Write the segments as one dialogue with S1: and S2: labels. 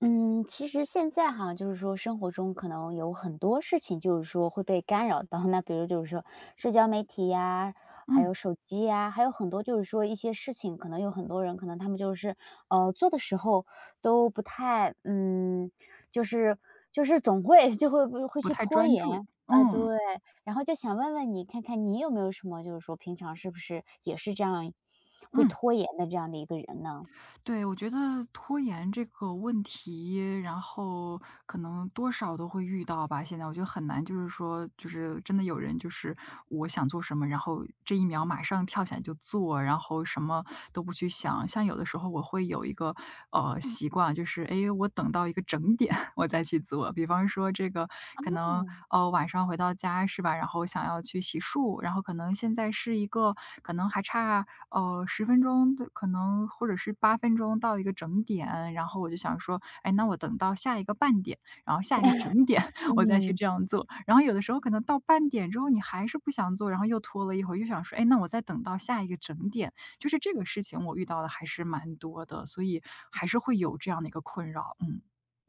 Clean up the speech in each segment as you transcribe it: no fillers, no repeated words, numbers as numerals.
S1: 嗯，其实现在哈，就是说生活中可能有很多事情，就是说会被干扰到。那比如就是说社交媒体呀，还
S2: 嗯，
S1: 有手机呀，还有很多就是说一些事情，可能有很多人可能他们就是做的时候都不太,就是就是总会 就会
S2: 不
S1: 去
S2: 太
S1: 拖
S2: 专注。
S1: 延。
S2: 嗯，
S1: 对，然后就想问问你，看看你有没有什么，就是说平常是不是也是这样会
S2: 嗯，
S1: 拖延的这样的一个人呢？
S2: 对，我觉得拖延这个问题，然后可能多少都会遇到吧。现在我觉得很难，就是说，就是真的有人就是我想做什么，然后这一秒马上跳起来就做，然后什么都不去想。像有的时候我会有一个习惯，就是哎诶，我等到一个整点 我再去做。比方说这个可能
S1: 哦，
S2: 晚上回到家是吧，然后想要去洗漱，然后可能现在是一个可能还差十分钟的可能或者是8分钟到一个整点，然后我就想说，哎，那我等到下一个半点，然后下一个整点 我再去这样做。然后有的时候可能到半点之后你还是不想做，然后又拖了一会儿，又想说，哎，那我再等到下一个整点。就是这个事情我遇到的还是蛮多的，所以还是会有这样的一个困扰，嗯。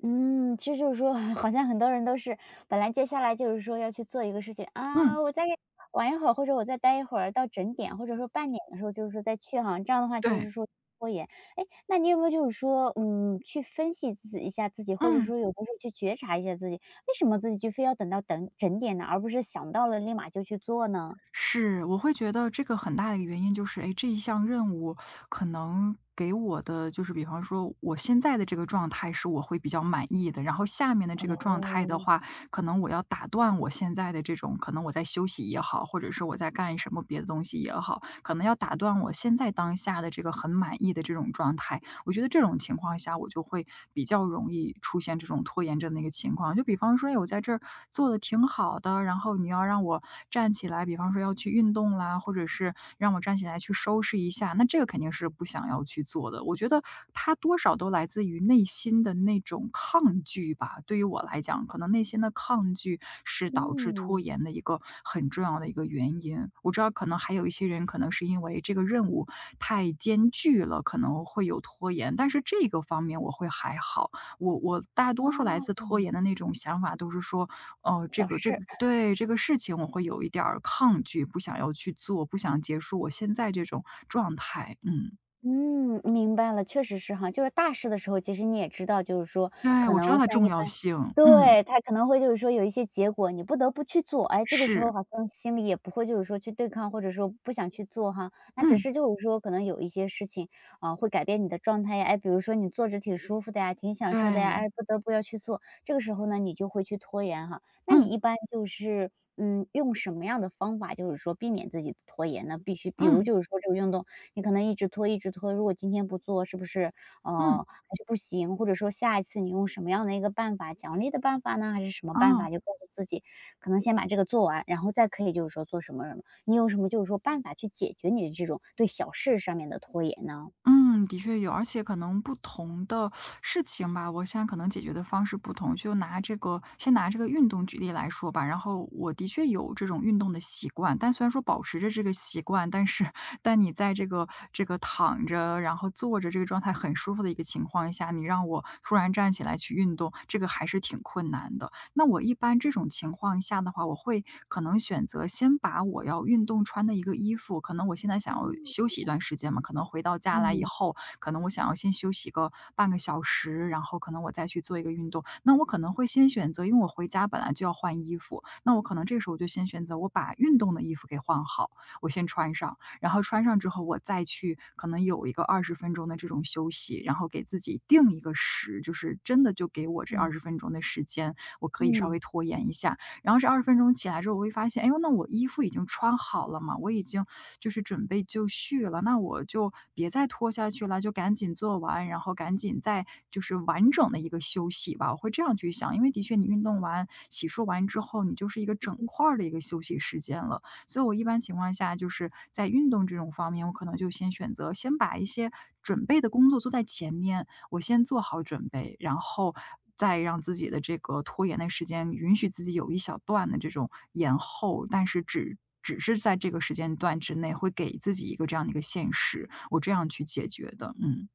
S1: 嗯，其实就是说，好像很多人都是本来接下来就是说要去做一个事情
S2: 嗯，
S1: 啊，我再玩一会儿，或者我再待一会儿到整点，或者说半点的时候，就是说再去哈，这样的话就
S2: 对，
S1: 是说拖延。哎，那你有没有就是说，去分析自己一下自己，或者
S2: 嗯。
S1: 说有的时候去觉察一下自己，为什么自己就非要等到等整点呢，而不是想到了立马就去做呢？
S2: 是，我会觉得这个很大的一个原因就是，哎，这一项任务可能给我的就是比方说我现在的这个状态是我会比较满意的，然后下面的这个状态的
S1: 哦，
S2: 话，可能我要打断我现在的这种可能我在休息也好，或者是我在干什么别的东西也好，可能要打断我现在当下的这个很满意的这种状态，我觉得这种情况下，我就会比较容易出现这种拖延症的一个情况。就比方说，哎，我在这儿做的挺好的，然后你要让我站起来，比方说要去运动啦，或者是让我站起来去收拾一下，那这个肯定是不想要去做的。我觉得它多少都来自于内心的那种抗拒吧。对于我来讲，可能内心的抗拒是导致拖
S1: 嗯，
S2: 延的一个很重要的一个原因。我知道可能还有一些人可能是因为这个任务太艰巨了，可能会有拖延，但是这个方面我会还好。我大多数来自
S1: 哦，
S2: 拖延的那种想法都是说，哦，这
S1: 小
S2: 个这
S1: 事。
S2: 个对这个事情我会有一点儿抗拒，不想要去做，不想结束我现在这种状态。嗯，
S1: 嗯，明白了，确实是哈。就是大事的时候，其实你也知道，就是说
S2: 对，
S1: 可
S2: 我知道
S1: 能
S2: 它
S1: 像
S2: 重
S1: 一般
S2: 要性，嗯。
S1: 对，他可能会就是说有一些结果，你不得不去做。哎，这个时候
S2: 是，
S1: 好像心里也不会就是说去对抗，或者说不想去做哈。那只
S2: 嗯，
S1: 是就是说可能有一些事情啊、会改变你的状态呀。哎，比如说你坐着挺舒服的呀，挺享受的呀，
S2: 对，
S1: 哎，不得不要去做。这个时候呢，你就会去拖延哈。那你
S2: 嗯，
S1: 一般就是。嗯，用什么样的方法，就是说避免自己的拖延呢？必须，比如
S2: 嗯，
S1: 就是说这个运动你可能一直拖一直拖，如果今天不做，是不是
S2: 嗯，
S1: 还是不行？或者说下一次你用什么样的一个办法，奖励的办法呢，还是什么
S2: 啊，
S1: 办法？就告诉自己，可能先把这个做完，然后再可以就是说做什么什么。你有什么就是说办法去解决你的这种对小事上面的拖延呢？
S2: 嗯，的确有，而且可能不同的事情吧，我现在可能解决的方式不同。就拿这个先拿这个运动举例来说吧，然后我的确有这种运动的习惯，但虽然说保持着这个习惯，但是但你在这个这个躺着，然后坐着这个状态很舒服的一个情况下，你让我突然站起来去运动，这个还是挺困难的。那我一般这种情况下的话，我会可能选择先把我要运动穿的一个衣服，可能我现在想要休息一段时间嘛，可能回到家来以
S1: 嗯
S2: 后，可能我想要先休息个半个小时，然后可能我再去做一个运动。那我可能会先选择，因为我回家本来就要换衣服，那我可能这个时候我就先选择我把运动的衣服给换好，我先穿上，然后穿上之后我再去可能有一个二十分钟的这种休息，然后给自己定一个时，就是真的就给我这
S1: 嗯
S2: 二十分钟的时间。我可以稍
S1: 嗯，
S2: 微拖延一下。然后这二十分钟起来之后，我会发现，哎呦，那我衣服已经穿好了嘛，我已经就是准备就绪了，那我就别再拖下去了，就赶紧做完，然后赶紧再就是完整的一个休息吧。我会这样去想，因为的确你运动完、洗漱完之后，你就是一个整块儿的一个休息时间了。所以我一般情况下就是在运动这种方面，我可能就先选择先把一些准备的工作做在前面，我先做好准备，然后再让自己的这个拖延的时间，允许自己有一小段的这种延后，但是只是在这个时间段之内，会给自己一个这样的一个限时，我这样去解决的，嗯。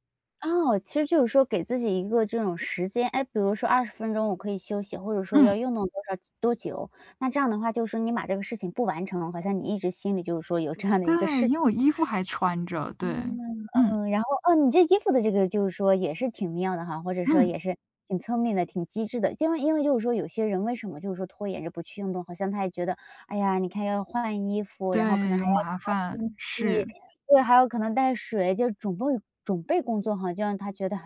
S1: 哦，其实就是说给自己一个这种时间，哎，比如说20分钟我可以休息，或者说
S2: 嗯，
S1: 要运动多少多久，那这样的话，就是说你把这个事情不完成，好像你一直心里就是说有这样的一个
S2: 对，
S1: 事
S2: 因
S1: 情。
S2: 为我衣服还穿着，对，
S1: 嗯
S2: 嗯，
S1: 嗯，然后哦，你这衣服的这个就是说也是挺妙的哈，或者说
S2: 嗯，
S1: 也是挺聪明的、挺机智的。因为就是说有些人为什么就是说拖延着不去运动，好像他也觉得，哎呀，你看要换衣服，然后可
S2: 对，
S1: 能
S2: 有
S1: 还要
S2: 麻
S1: 擦
S2: 烦，
S1: 天气，
S2: 是，
S1: 对，还有可能带水，就准备工作哈，就让他觉得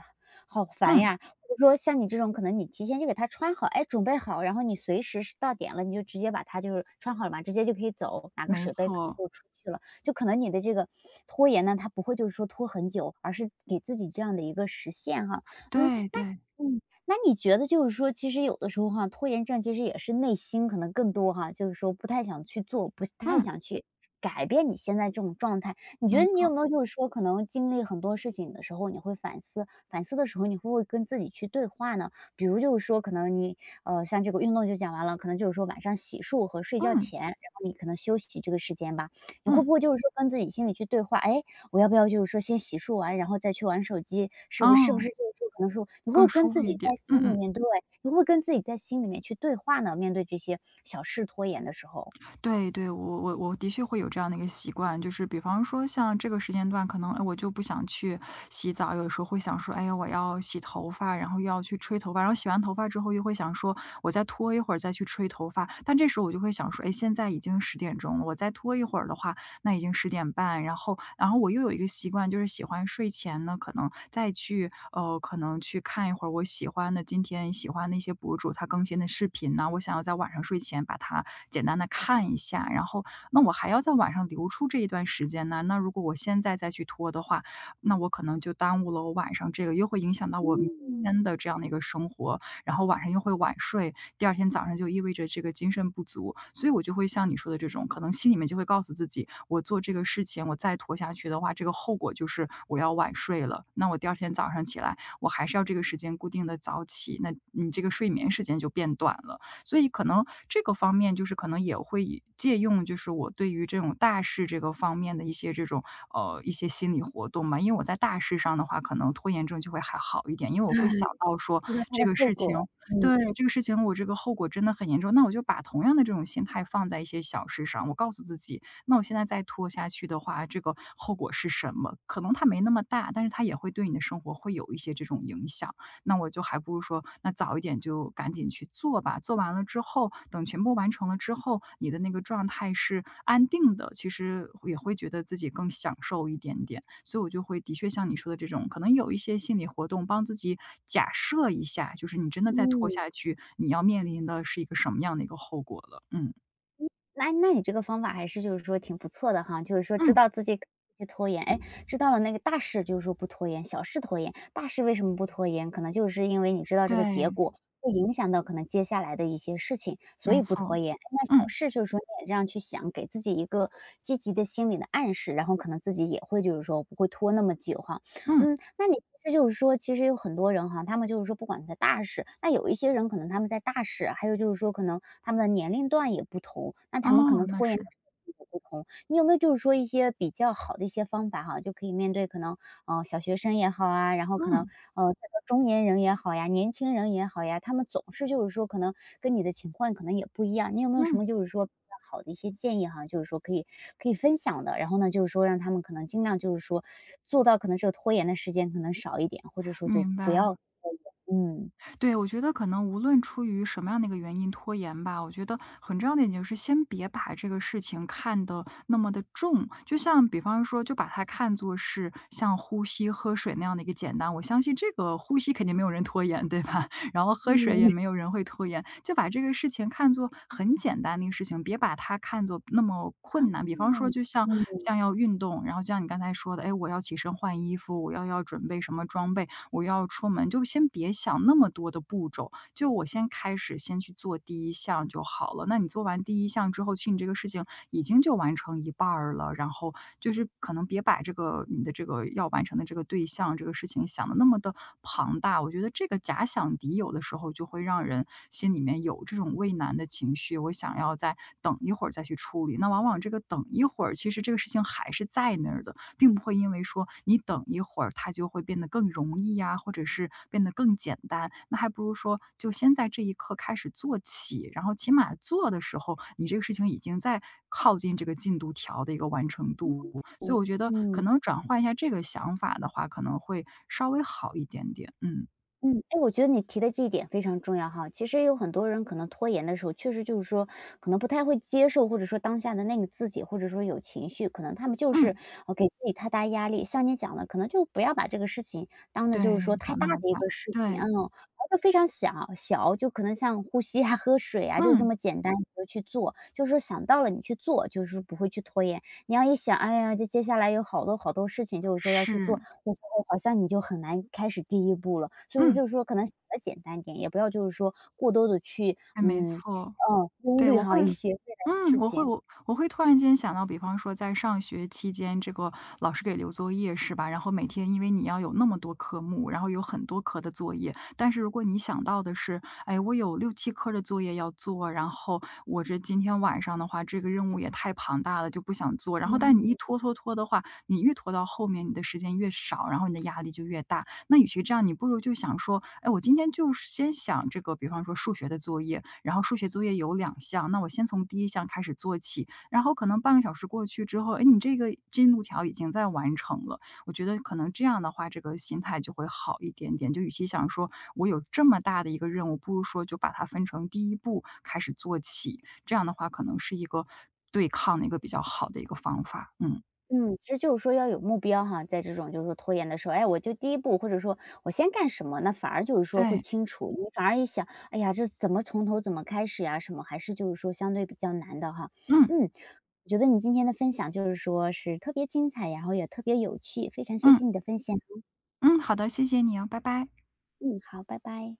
S1: 好烦
S2: 嗯，
S1: 呀。或者说像你这种，可能你提前就给他穿好，哎，准备好，然后你随时是到点了，你就直接把它就是穿好了嘛，直接就可以走，拿个
S2: 没
S1: 水杯可能
S2: 错，
S1: 就出去了。就可能你的这个拖延呢，它不会就是说拖很久，而是给自己这样的一个时限哈。嗯，
S2: 对对，
S1: 嗯，那你觉得就是说，其实有的时候哈，拖延症其实也是内心可能更多哈，就是说不太想去做，不太
S2: 嗯，
S1: 想去改变你现在这种状态。你觉
S2: 没
S1: 得你有
S2: 错，
S1: 没有就是说，可能经历很多事情的时候，你会反思，反思的时候，你会不会跟自己去对话呢？比如就是说，可能你,像这个运动就讲完了，可能就是说晚上洗漱和睡觉
S2: 嗯，
S1: 前，然后你可能休息这个时间吧，你会
S2: 嗯，
S1: 不会就是说跟自己心里去对话？哎，我要不要就是说先洗漱完，然后再去玩手机？是不是是不
S2: 哦，
S1: 是就是说可能说你会不
S2: 更
S1: 会跟
S2: 舒服
S1: 自
S2: 一
S1: 己
S2: 点，
S1: 在
S2: 嗯
S1: 心里
S2: 嗯。
S1: 面对，你会不会跟自己在心里面去对话呢？面对这些小事拖延的时候。
S2: 对对，我的确会有这样的一个习惯，就是比方说像这个时间段，可能哎我就不想去洗澡，有时候会想说，哎呀我要洗头发，然后又要去吹头发，然后洗完头发之后又会想说，我再拖一会儿再去吹头发，但这时候我就会想说，哎现在已经10点钟了，我再拖一会儿的话，那已经10点半，然后我又有一个习惯，就是喜欢睡前呢，可能再去可能去看一会儿我喜欢的今天喜欢的一些博主他更新的视频呢，我想要在晚上睡前把它简单的看一下，然后那我还要在晚上留出这一段时间呢，那如果我现在再去拖的话，那我可能就耽误了我晚上这个，又会影响到我明
S1: 嗯，
S2: 天的这样的一个生活，然后晚上又会晚睡，第二天早上就意味着这个精神不足，所以我就会像你说的这种，可能心里面就会告诉自己，我做这个事情，我再拖下去的话，这个后果就是我要晚睡了。那我第二天早上起来，我还是要这个时间固定的早起，那你这个睡眠时间就变短了。所以可能这个方面就是可能也会以借用，就是我对于这种大事这个方面的一些这种一些心理活动嘛。因为我在大事上的话，可能拖延症就会还好一点，因为我会想到说
S1: 知道它的
S2: 这个
S1: 后
S2: 事
S1: 果，
S2: 情，
S1: 嗯，
S2: 对这个事情我这个后果真的很严重，那我就把同样的这种心态放在一些小事上，我告诉自己，那我现在再拖下去的话，这个后果是什么？可能它没那么大，但是它也会对你的生活会有一些这种影响。那我就还不如说，那早一点就赶紧去做吧。做完了之后，等全部完成了之后，你的那个状态是安定的，其实也会觉得自己更享受一点点。所以我就会的确像你说的这种，可能有一些心理活动，帮自己假设一下，就是你真的再拖
S1: 嗯。
S2: 下去，你要面临的是一个什么样的一个后果了。嗯，
S1: 那那你这个方法还是就是说挺不错的哈，就是说知
S2: 嗯，
S1: 道自己可以去拖延，哎，知道了那个大事就是说不拖延，小事拖延，大事为什么不拖延？可能就是因为你知道这个结
S2: 对，
S1: 果会影响到可能接下来的一些事情，所
S2: 没
S1: 以不拖
S2: 错，
S1: 延。哎那小
S2: 嗯，
S1: 事就是说你也这样去想，给自己一个积极的心理的暗示，然后可能自己也会就是说不会拖那么久哈。
S2: 嗯，
S1: 嗯，那你其实就是说，其实有很多人哈，他们就是说不管在大事，那有一些人可能他们在大事，还有就是说可能他们的年龄段也不同，那他们可
S2: 哦，
S1: 能
S2: 那
S1: 拖延的
S2: 是，
S1: 时间也不同。你有没有就是说一些比较好的一些方法哈，就可以面对可能，小学生也好啊，然后可能，
S2: 嗯，
S1: 呃，这个中年人也好呀，年轻人也好呀，他们总是就是说可能跟你的情况可能也不一样，你有没有什
S2: 嗯，
S1: 么就是说比较好的一些建议哈，就是说可以可以分享的，然后呢，就是说让他们可能尽量就是说做到可能这个拖延的时间可能少一点，或者说就
S2: 明
S1: 不
S2: 白。
S1: 要拖延。
S2: 对，我觉得可能无论出于什么样的一个原因拖延吧，我觉得很重要的一点就是先别把这个事情看得那么的重。就像比方说，就把它看作是像呼吸、喝水那样的一个简单。我相信这个呼吸肯定没有人拖延，对吧？然后喝水也没有人会拖延，就把这个事情看作很简单的一个事情，别把它看作那么困难。比方说，就像
S1: 嗯 嗯。
S2: 像要运动，然后就像你刚才说的，哎，我要起身换衣服，我要准备什么装备，我要出门，就先别想那么多的步骤，就我先开始先去做第一项就好了。那你做完第一项之后，其实你这个事情已经就完成一半儿了。然后就是可能别把这个你的这个要完成的这个对象这个事情想的那么的庞大，我觉得这个假想敌有的时候就会让人心里面有这种畏难的情绪，我想要再等一会儿再去处理。那往往这个等一会儿，其实这个事情还是在那儿的，并不会因为说你等一会儿它就会变得更容易呀，或者是变得更简单。那还不如说就先在这一刻开始做起，然后起码做的时候，你这个事情已经在靠近这个进度条的一个完成度。所
S1: 嗯，
S2: 以我觉得可
S1: 嗯。
S2: 能转换一下这个想法的话，可能会稍微好一点点。嗯，
S1: 嗯，哎，我觉得你提的这一点非常重要哈。其实有很多人可能拖延的时候，确实就是说可能不太会接受，或者说当下的那个自己，或者说有情绪，可能他们就
S2: 嗯，
S1: 是呃给自己太大压力。像你讲的，可能就不要把这个事情当的就是说
S2: 对，
S1: 太
S2: 想
S1: 大
S2: 那么
S1: 的一
S2: 大，
S1: 个事情，
S2: 对，
S1: 嗯，而是非常小，就可能像呼吸啊、喝水啊，就这
S2: 嗯，
S1: 么简单，你就去做，就是说想到了你去做，就是不会去拖延。你要一想，哎呀，这接下来有好多好多事情，就是说要去做，
S2: 是，
S1: 我说，好像你就很难开始第一步了。所以说
S2: 嗯，
S1: 就是说可能想的简单点，也不要就是说过多的去，
S2: 对，没
S1: 嗯，
S2: 错。
S1: 嗯，忧
S2: 对，
S1: 虑
S2: 我
S1: 哈一
S2: 会
S1: 些未来的
S2: 嗯，
S1: 事
S2: 我会
S1: 情。
S2: 我我会突然间想到，比方说在上学期间，这个老师给留作业是吧？然后每天因为你要有那么多科目，然后有很多科的作业，但是如果你想到的是，哎，我有六七科的作业要做，然后我这今天晚上的话，这个任务也太庞大了，就不想做。然后但
S1: 嗯
S2: 你一拖拖拖的话，你越拖到后面，你的时间越少，然后你的压力就越大。那与其这样，你不如就想说，哎，我今天就是先想这个，比方说数学的作业，然后数学作业有2项，那我先从第一项开始做起。然后可能半个小时过去之后，哎，你这个进度条已经在完成了。我觉得可能这样的话，这个心态就会好一点点。就与其想说我有这么大的一个任务，不如说就把它分成第一步开始做起，这样的话可能是一个对抗的一个比较好的一个方法。嗯，
S1: 嗯，其实就是说要有目标哈，在这种就是说拖延的时候，哎，我就第一步，或者说我先干什么，那反而就是说会
S2: 对，
S1: 清楚。你反而一想，哎呀，这怎么从头怎么开始呀？什么还是就是说相对比较难的哈。
S2: 嗯，
S1: 嗯，我觉得你今天的分享就是说是特别精彩，然后也特别有趣，非常谢
S2: 嗯，
S1: 谢你的分享。
S2: 嗯，好的，谢谢你啊，拜拜。
S1: 嗯，好，拜拜。